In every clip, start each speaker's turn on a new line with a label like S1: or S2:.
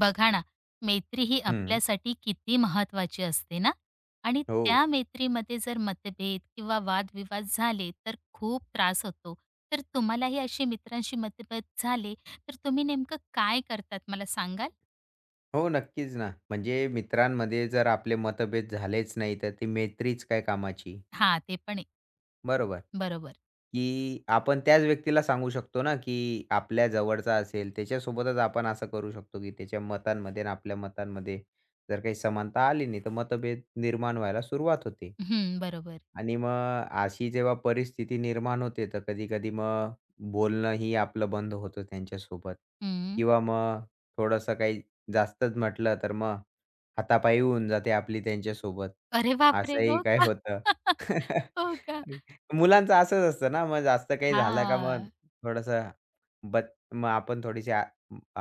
S1: बघा ना, मैत्री ही
S2: हं.
S1: आपल्यासाठी किती महत्वाची असते ना. आणि
S2: हो.
S1: त्या मैत्रीमध्ये जर मतभेद किंवा वादविवाद झाले, तर खूप त्रास होतो. तर तुम्हालाही अशी मित्रांशी मतभेद झाले, तर तुम्ही नेमकं काय करतात मला सांगाल?
S2: हो, नक्कीच ना. म्हणजे मित्रांमध्ये जर आपले मतभेद झालेच नाही, तर ती मैत्रीच काय कामाची.
S1: हां, ते पण आहे.
S2: बरोबर.
S1: बरोबर.
S2: की आपण त्याच व्यक्तीला सांगू शकतो ना, की आपल्या जवळचा असेल त्याच्यासोबतच आपण असं करू शकतो, की त्याच्या मतांमध्ये आणि आपल्या मतांमध्ये जर काही समानता आली नाही, तर मतभेद निर्माण व्हायला सुरुवात होते.
S1: हं, बरोबर.
S2: आणि मग अशी जेव्हा परिस्थिती निर्माण होते, तर कधी-कधी मग बोलणंही आपलं बंद होतं त्यांच्यासोबत
S1: हं.
S2: किंवा मग थोडंसं काही जास्तच म्हटलं, तर मग हातापायी होऊन जाते आपली त्यांच्यासोबत.
S1: अरे बापरे!
S2: असंही
S1: हो
S2: काय
S1: का?
S2: होतं.
S1: हो का?
S2: मुलांचं असंच असतं ना, मग जास्त काही झालं का मग
S1: हां.
S2: थोडंसं मग आपण थोडीशी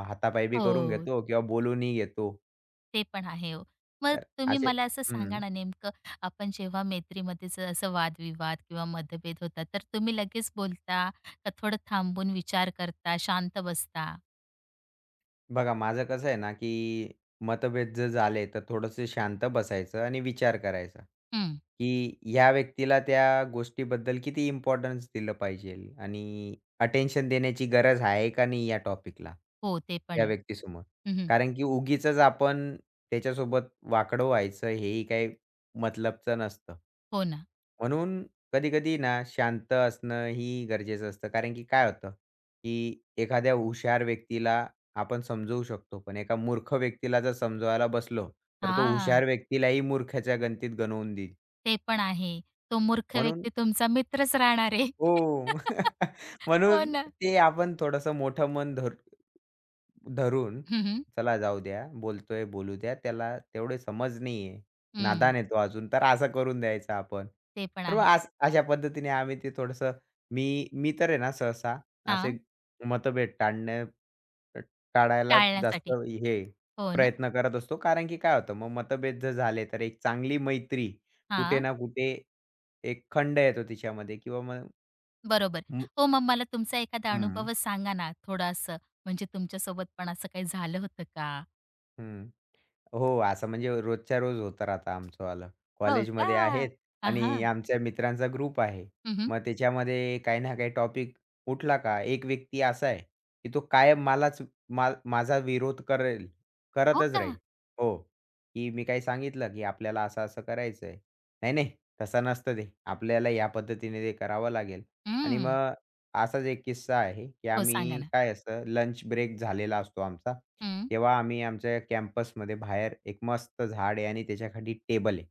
S2: हातापायी बी करून
S1: हो.
S2: घेतो किंवा बोलूनही घेतो.
S1: ते पण आहे हो. मग
S2: तर
S1: तुम्ही
S2: असे
S1: मला असं सांगा
S2: हं.
S1: ना नेमकं. आपण जेव्हा मैत्रीमध्येच असं वादविवाद किंवा मतभेद होतात तर तुम्ही लगेच बोलता का थोडं थांबून विचार करता, शांत बसता?
S2: बघा, माझं कसं आहे ना, की मतभेद जर झाले, तर थोडंसं शांत बसायचं आणि विचार करायचा,
S1: हं.
S2: की ह्या व्यक्तीला त्या गोष्टीबद्दल किती इम्पोर्टन्स दिलं पाहिजेल आणि अटेन्शन देण्याची गरज आहे का नाही या टॉपिकला,
S1: हो, ते पण
S2: या
S1: आहे.
S2: व्यक्तीसमोर.
S1: हं, हं.
S2: कारण की उगीचच आपण त्याच्यासोबत वाकडं व्हायचं हेही काही मतलबचं नसतं.
S1: हो ना.
S2: म्हणून कधी-कधी ना शांत असणं ही गरजेचं असतं. कारण की काय होतं, की एखाद्या हुशार व्यक्तीला आपण समजवू शकतो. पण एका मूर्ख व्यक्तीला जर समजवायला बसलो, तर तो
S1: हां,
S2: हुशार व्यक्तीलाही मूर्खाच्या गणतीत गणवून देईल.
S1: ते पण आहे. तो मूर्ख
S2: म्हणून
S1: व्यक्ती तुमचा मित्रच राहणार आहे.
S2: हो.
S1: हो
S2: म्हणून
S1: ना.
S2: ते आपण थोडंसं मोठं मन धरून,
S1: हं, हं.
S2: चला जाऊ द्या, बोलतोय बोलू द्या. त्याला तेवढी समज नाहीये.
S1: हं.
S2: नादान आहे तो अजून, तर असं करून द्यायचं आपण.
S1: ते पण
S2: तर मग
S1: आहे.
S2: अशा पद्धतीने आम्ही ते थोडंसं मी मी तर आहे ना सहसा
S1: हां,
S2: असे मतभेद टाळणे टाळायला जास्त
S1: टाळण्यासाठी.
S2: हे
S1: हो ना.
S2: प्रयत्न करत असतो. कारण की काय होतं, मग मतभेद जर झाले तर एक चांगली मैत्री कुठे
S1: हां.
S2: ना कुठे एक खंड येतो तिच्यामध्ये किंवा मग
S1: बरोबर.
S2: हं,
S1: हो, मग मला तुमचा एखादा
S2: हं.
S1: अनुभवच सांगा ना थोडंसं, म्हणजे तुमच्यासोबत पण असं काही झालं होतं का?
S2: हं. हो, असं म्हणजे रोजच्या रोज होतं राहतं आमचंवालं.
S1: हो का?
S2: कॉलेजमध्ये आहेत
S1: हां,
S2: आणि
S1: हां.
S2: आमच्या मित्रांचा ग्रुप आहे. मग त्याच्यामध्ये काही ना काही टॉपिक उठला का, एक व्यक्ती असा आहे, की तो कायम मलाच माझा विरोध करेल,
S1: हो
S2: करतच
S1: का?
S2: राहील. हो, की मी काही सांगितलं, की आपल्याला असं-असं करायचं आहे. "नाही, नाही, तसं नसतं ते. आपल्याला या पद्धतीने ते करावं लागेल." आणि
S1: हं.
S2: मग असाच एक किस्सा आहे, की
S1: हो, सांगा
S2: आम्ही
S1: ना.
S2: काय असतं लंच ब्रेक झालेला असतो आमचा.
S1: हं.
S2: तेव्हा आम्ही आमच्या कॅम्पसमध्ये बाहेर एक मस्त झाड आहे आणि त्याच्याखाली टेबल आहे.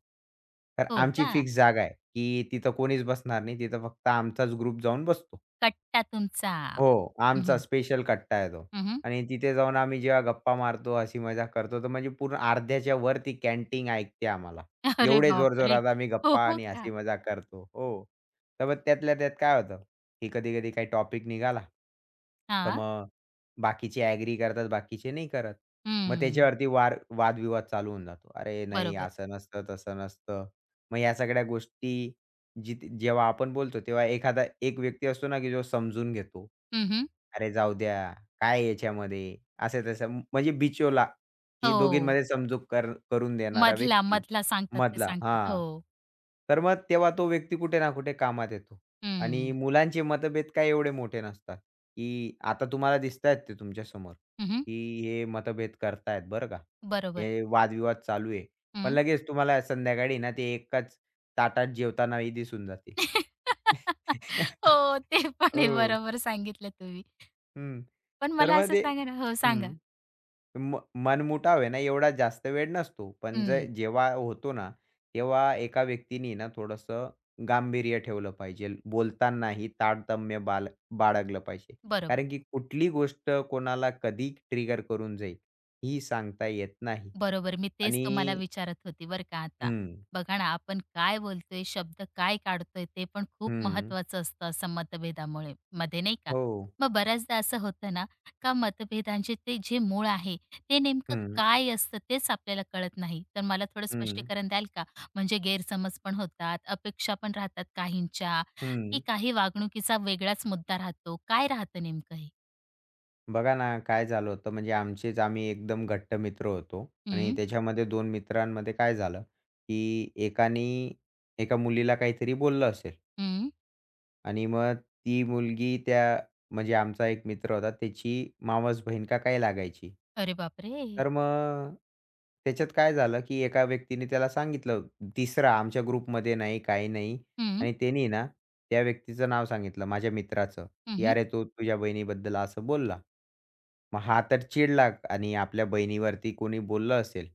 S2: तर
S1: हो
S2: आमची
S1: का?
S2: फिक्स जागा आहे, की तिथं कोणीच बसणार नाही. तिथं फक्त आमचाच ग्रुप जाऊन बसतो.
S1: कट्टा तुमचा.
S2: हो,
S1: हं,
S2: आमचा
S1: हं.
S2: स्पेशल कट्टा आहे तो. आणि तिथे जाऊन आम्ही जेव्हा गप्पा मारतो, हसी मजाक करतो, तर म्हणजे पूर्ण अर्ध्याच्या वर ती कॅन्टीन ऐकते आम्हाला.
S1: अरे
S2: एवढे
S1: बापरे!
S2: जोरजोरात आम्ही
S1: हो,
S2: गप्पा
S1: हो
S2: आणि
S1: का?
S2: हसी मजाक करतो. हो. तर मग त्यातल्या त्यात काय होतं, की कधी-कधी काही टॉपिक निघाला, तर
S1: हा?
S2: मग बाकीचे ॲग्री करतात, बाकीचे नाही करत. मग
S1: हं.
S2: त्याच्यावरती वादविवाद चालू होऊन जातो. "अरे नाही,
S1: बरोबर.
S2: असं नसतं, तसं नसतं." मग या सगळ्या गोष्टी जिथे जेव्हा आपण बोलतो तेव्हा एखादा एक व्यक्ती असतो ना, की जो समजून घेतो.
S1: हं,
S2: "अरे जाऊ द्या, काय याच्यामध्ये?" असं-तसं म्हणजे बिचोला, की
S1: हो.
S2: दोघींमध्ये समजूत कर करून देणारा
S1: मधला,
S2: व्यक्ती
S1: मधला सांगतात ते
S2: मधला
S1: सांगतात.
S2: हां.
S1: हो.
S2: तर मग तेव्हा तो व्यक्ती कुठे ना कुठे कामात येतो आणि
S1: हं.
S2: मुलांचे मतभेद काय एवढे मोठे नसतात, की आता तुम्हाला दिसतायत ते तुमच्यासमोर,
S1: हं,
S2: की हे मतभेद करतायत बरं का.
S1: बरोबर.
S2: हे वादविवाद चालू आहे. पण लगेच तुम्हाला संध्याकाळी ना ते एकाच ताटात जेवतानाही दिसून जाते.
S1: हो, ते पण आहे.
S2: हो.
S1: बरोबर सांगितलं तुम्ही.
S2: हं.
S1: पण
S2: तर
S1: मला
S2: मग
S1: असं
S2: ते
S1: सांगा ना हो, सांगा.
S2: हं. म मनमुटाव आहे ना, एवढा जास्त वेळ नसतो. पण जे
S1: हं,
S2: जेव्हा होतो ना, तेव्हा एका व्यक्तीने ना थोडंसं गांभीर्य ठेवलं पाहिजे. बोलतानाही तारतम्य बाळगलं पाहिजे.
S1: बरोबर.
S2: कारण की कुठली गोष्ट कोणाला कधी ट्रिगर करून जाईल, ही सांगता येत नाही.
S1: बरोबर. मी तेच
S2: आणि
S1: तुम्हाला विचारत होती बरं का आता.
S2: हं,
S1: बघा ना, आपण काय बोलतोय, शब्द काय काढतोय, ते पण खूप
S2: हं.
S1: महत्त्वाचं असतं असं मतभेदामुळे मध्ये नाही का?
S2: हो.
S1: मग बऱ्याचदा असं होतं ना, का मतभेदांचे ते जे मूळ आहे, ते नेमकं
S2: हं,
S1: काय असतं तेच आपल्याला कळत नाही. तर मला थोडं
S2: हं,
S1: स्पष्टीकरण द्याल का? म्हणजे गैरसमज पण होतात, अपेक्षा पण राहतात काहींच्या, की
S2: हं.
S1: काही वागणुकीचा वेगळाच मुद्दा राहतो. काय राहतं नेमकं हे?
S2: बघा ना, काय झालं होतं म्हणजे आमचेच आम्ही एकदम घट्ट मित्र होतो आणि
S1: हं,
S2: त्याच्यामध्ये 2 मित्रांमध्ये काय झालं, की एकानी एका मुलीला काहीतरी बोललं असेल
S1: हं.
S2: आणि मग ती मुलगी त्या म्हणजे आमचा एक मित्र होता त्याची मावस बहीण का काय लागायची.
S1: अरे बापरे!
S2: तर मग त्याच्यात काय झालं, की एका व्यक्तीने त्याला सांगितलं तिसरा आमच्या ग्रुपमध्ये नाही, काही नाही आणि त्यानी ना त्या व्यक्तीचं नाव सांगितलं माझ्या मित्राचं.
S1: हं,
S2: की
S1: हं.
S2: "अरे, तो तुझ्या बहिणीबद्दल असं बोलला." मग हा तर चिडला आणि आपल्या बहिणीवरती कोणी बोललं असेल,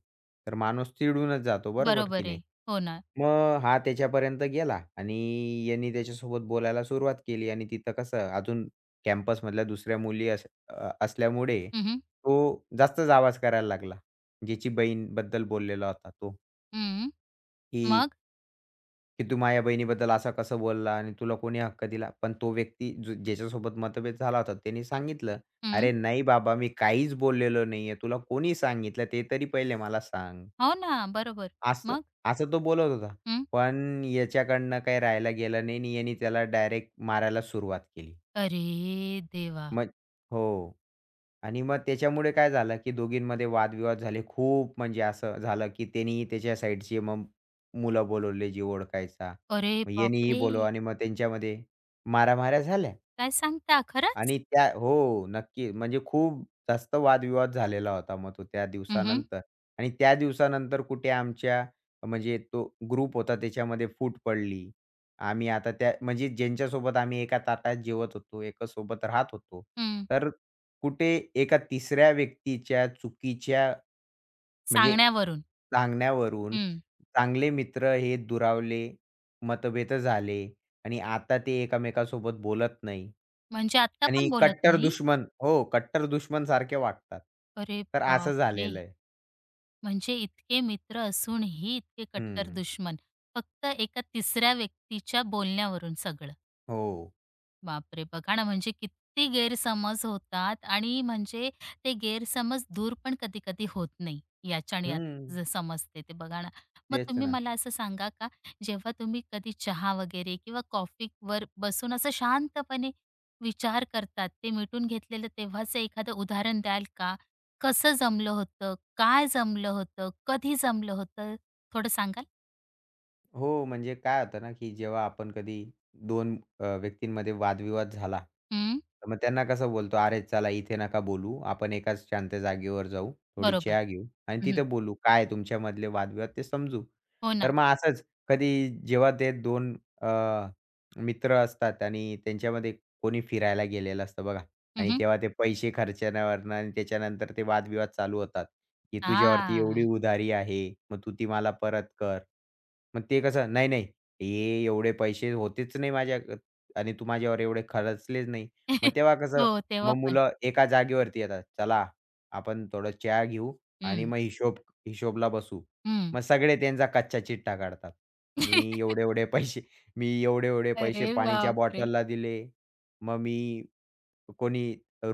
S2: तर माणूस चिडूनच जातो, बरोबर की
S1: बरोबर
S2: नाही?
S1: आहे. हो ना.
S2: मग हा त्याच्यापर्यंत गेला आणि यांनी त्याच्यासोबत बोलायला सुरुवात केली आणि तिथं कसं अजून कॅम्पसमधल्या दुसऱ्या मुली असल्यामुळे
S1: हं, हं.
S2: तो जास्तच आवाज करायला लागला. ज्याची बहीणबद्दल बोललेला होता तो, की
S1: मग?
S2: की "तू माझ्या बहिणीबद्दल असं कसं बोलला आणि तुला कोणी हक्क दिला?" पण तो व्यक्ती ज्याच्यासोबत मतभेद झाला होता त्याने सांगितलं,
S1: हं.
S2: "अरे नाही बाबा, मी काहीच बोललेलो नाहीये. तुला कोणी सांगितलं ते तरी पहिले मला सांग."
S1: हो ना, बरोबर.
S2: असं
S1: मग?
S2: असं तो बोलत होता.
S1: हं.
S2: पण याच्याकडनं काही राहायला गेलं नाही आणि याने त्याला डायरेक्ट मारायला सुरुवात केली.
S1: अरे देवा!
S2: मग हो. आणि मग त्याच्यामुळे काय झालं, की दोघींमध्ये वादविवाद झाले. खूप म्हणजे असं झालं, की त्यानी त्याच्या साईडची मग मुलं बोलवले, जी ओळखायचा.
S1: अरे
S2: मग यानेही
S1: बापरे!
S2: बोलवलं आणि मग त्यांच्यामध्ये मारामाऱ्या झाल्या.
S1: काय सांगता खरंच?
S2: आणि त्या हो, नक्की. म्हणजे खूप जास्त वादविवाद झालेला होता मग तो त्या
S1: हं, हं.
S2: दिवसानंतर आणि त्या दिवसानंतर कुठे आमच्या म्हणजे तो ग्रुप होता त्याच्यामध्ये फूट पडली. आम्ही आता त्या म्हणजे ज्यांच्यासोबत आम्ही एका ताटात जेवत होतो, एका सोबत राहत होतो.
S1: हं.
S2: तर कुठे एका तिसऱ्या व्यक्तीच्या चुकीच्या म्हणजे
S1: सांगण्यावरून.
S2: सांगण्यावरून
S1: हं.
S2: चांगले मित्र हे दुरावले, मतभेद झाले आणि आता ते एकमेकांसोबत बोलत नाही.
S1: म्हणजे आत्ता पण
S2: आणि
S1: बोलत
S2: कट्टर
S1: नाही?
S2: दुश्मन हो, कट्टर दुश्मन सारखे वागतात.
S1: अरे
S2: तर असं
S1: बापरे!
S2: झालेलं आहे.
S1: म्हणजे इतके मित्र असूनही इतके कट्टर
S2: हं.
S1: दुश्मन. फक्त एका तिसऱ्या व्यक्तीच्या बोलण्यावरून सगळं.
S2: हो.
S1: बापरे! बघा ना, म्हणजे किती गैरसमज होतात आणि म्हणजे ते गैरसमज दूर पण कधी-कधी होत नाही. याच्याने यात
S2: हं.
S1: समजते ते बघा ना. मग
S2: तेच
S1: तुम्ही
S2: ना.
S1: मला असं सांगा का, जेव्हा तुम्ही कधी चहा वगैरे किंवा कॉफीवर बसून असं शांतपणे विचार करतात, ते मिटून घेतलेलं तेव्हाचं एखादं उदाहरण द्याल का? कसं जमलं होतं? काय जमलं होतं? कधी जमलं होतं? थोडं सांगाल?
S2: हो, म्हणजे काय होतं ना, की जेव्हा आपण कधी 2 व्यक्तींमध्ये वादविवाद झाला,
S1: हं,
S2: तर मग त्यांना कसं बोलतो, "अरे चला इथे नका बोलू. आपण एकाच शांत जागेवर जाऊ, थोडी
S1: बरोबर.
S2: चहा घेऊ आणि
S1: हं,
S2: तिथे बोलू. काय तुमच्यामधले वादविवाद ते समजू."
S1: हो ना.
S2: तर मग असंच कधी जेव्हा ते 2 अ, मित्र असतात आणि त्यांच्यामध्ये कोणी फिरायला गेलेलं असतं बघा.
S1: हं,
S2: आणि
S1: हं.
S2: तेव्हा ते पैसे खर्चण्यावरनं आणि त्याच्यानंतर ते वादविवाद चालू होतात, की "तुझ्यावरती एवढी उधारी आहे, मग तू ती मला परत कर." मग ते कसं, "नाही, नाही, हे एवढे पैसे होतेच नाही माझ्या आणि तू माझ्यावर एवढे खर्चलेच नाही." मग तेव्हा कसं,
S1: हो, तेव्हा
S2: मग
S1: पण.
S2: मुलं एका जागेवरती येतात, "चला, आपण थोडं चहा घेऊ आणि
S1: हं,
S2: मग हिशोबला बसू."
S1: हं.
S2: मग सगळे त्यांचा कच्चा चिट्ठा काढतात. "मी एवढे-एवढे पैसे
S1: अरे
S2: पाणीच्या
S1: बापरे!
S2: बॉटलला दिले. मग मी कोणी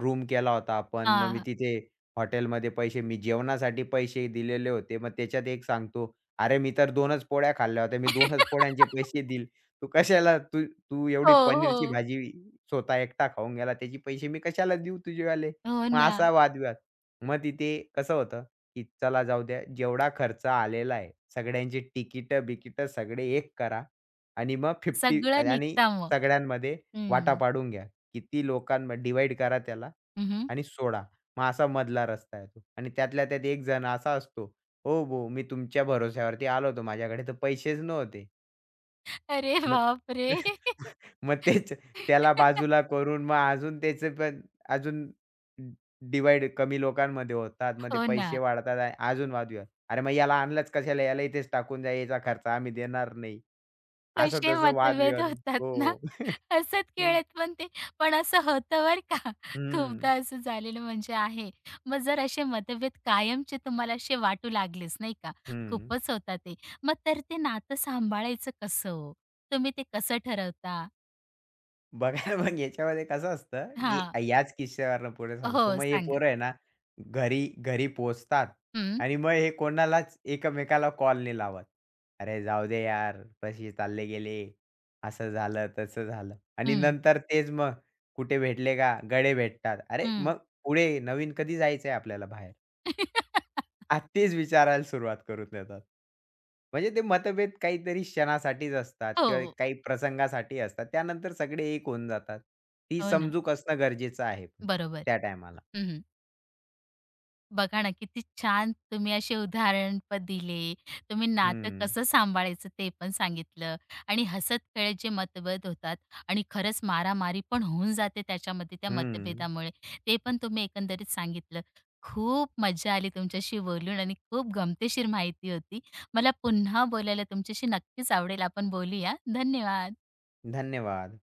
S2: रूम केला होता आपण. मग मी
S1: हां.
S2: तिथे हॉटेलमध्ये पैसे मी जेवणासाठी पैसे दिलेले होते. मग त्याच्यात एक सांगतो, "अरे, मी तर 2च पोळ्या खाल्ल्या होत्या. मी 2च पोळ्यांचे पैसे देईल. तू कशाला तू तू
S1: हो,
S2: एवढी पनीरची
S1: हो.
S2: भाजी स्वतः एकटा खाऊन गेला. त्याचे पैसे मी कशाला देऊ तुझेवाले?"
S1: हो
S2: मग
S1: ना.
S2: असा वादविवाद. मग तिथे कसं होतं, की चला जाऊ द्या. जेवढा खर्च आलेला आहे, सगळ्यांची तिकीटं-बिकीटं सगळे एक करा आणि मग 50
S1: सगळं
S2: आणि
S1: निघतं मग.
S2: सगळ्यांमध्ये वाटा
S1: हं.
S2: पाडून घ्या. किती लोकांना डिवाइड करा त्याला
S1: हं,
S2: आणि सोडा. मग असा मधला रस्ता आहे तो. आणि त्यातल्या त्यात एक जण असा असतो, "हो भाऊ मी तुमच्या भरोश्यावरती आलो होतो. माझ्याकडे तर पैसेच नव्हते."
S1: अरे
S2: मग
S1: बापरे!
S2: मग तेच त्याला बाजूला करून मग अजून त्याचे पण अजून डिव्हाईड कमी लोकांमध्ये होतात. मग ते
S1: हो ना.
S2: पैसे वाढतात आणि अजून वाद विवाद. "अरे मग याला आणलंच कशाला? याला इथेच टाकून द्या. याचा खर्च आम्ही देणार नाही." असं
S1: कसे
S2: तसं
S1: मतभेद
S2: वादविवाद.
S1: होतात ना,
S2: हो.
S1: हसत
S2: हं.
S1: खेळत पण ते पण असं होतं बरं का,
S2: हं.
S1: खूपदा असं झालेलं म्हणजे आहे. मग जर असे मतभेद कायमचे तुम्हाला असे वाटू लागलेच नाही का, खूपच होता ते. मग तर ते नातं सांभाळायचं कसं हो? तुम्ही ते कसं ठरवता?
S2: बघा मग याच्यामध्ये कसं असतं, की
S1: हां.
S2: याच किस्स्यावरून पुढे सांगतो.
S1: हो,
S2: मग हे
S1: सांगा.
S2: पोरं आहे ना, घरी घरी पोहोचतात
S1: हं,
S2: आणि मग हे कोणालाच एकमेकाला कॉल नाही लावत. "अरे जाऊ दे यार, पैसे चालले गेले, असं झालं, तसं झालं." आणि
S1: हं,
S2: नंतर तेच मग कुठे भेटले का गडे भेटतात. अरे
S1: हं.
S2: मग पुढे नवीन कधी जायचंय आपल्याला बाहेर? तेच विचारायला सुरुवात करून देतात. म्हणजे ते मतभेद काहीतरी क्षणासाठीच असतात किंवा
S1: हो,
S2: काही प्रसंगासाठी असतात. त्यानंतर सगळे एक होऊन जातात. ती
S1: हो ना.
S2: समजूक असणं गरजेचं आहे पण
S1: बरोबर.
S2: त्या टायमाला.
S1: हं. बघा ना, किती छान तुम्ही असे उदाहरण पण दिले. तुम्ही नातं
S2: हं,
S1: कसं सांभाळायचं ते पण सांगितलं आणि हसत-खेळत जे मतभेद होतात आणि खरंच मारामारी पण होऊन जाते त्याच्यामध्ये त्या
S2: हं.
S1: मतभेदामुळे, ते पण तुम्ही एकंदरीत सांगितलं. खूप मजा आली तुमच्याशी बोलून आणि खूप गमतीशीर माहिती होती. मला पुन्हा बोलायला तुमच्याशी नक्कीच आवडेल. आपण बोलूया. धन्यवाद.
S2: धन्यवाद.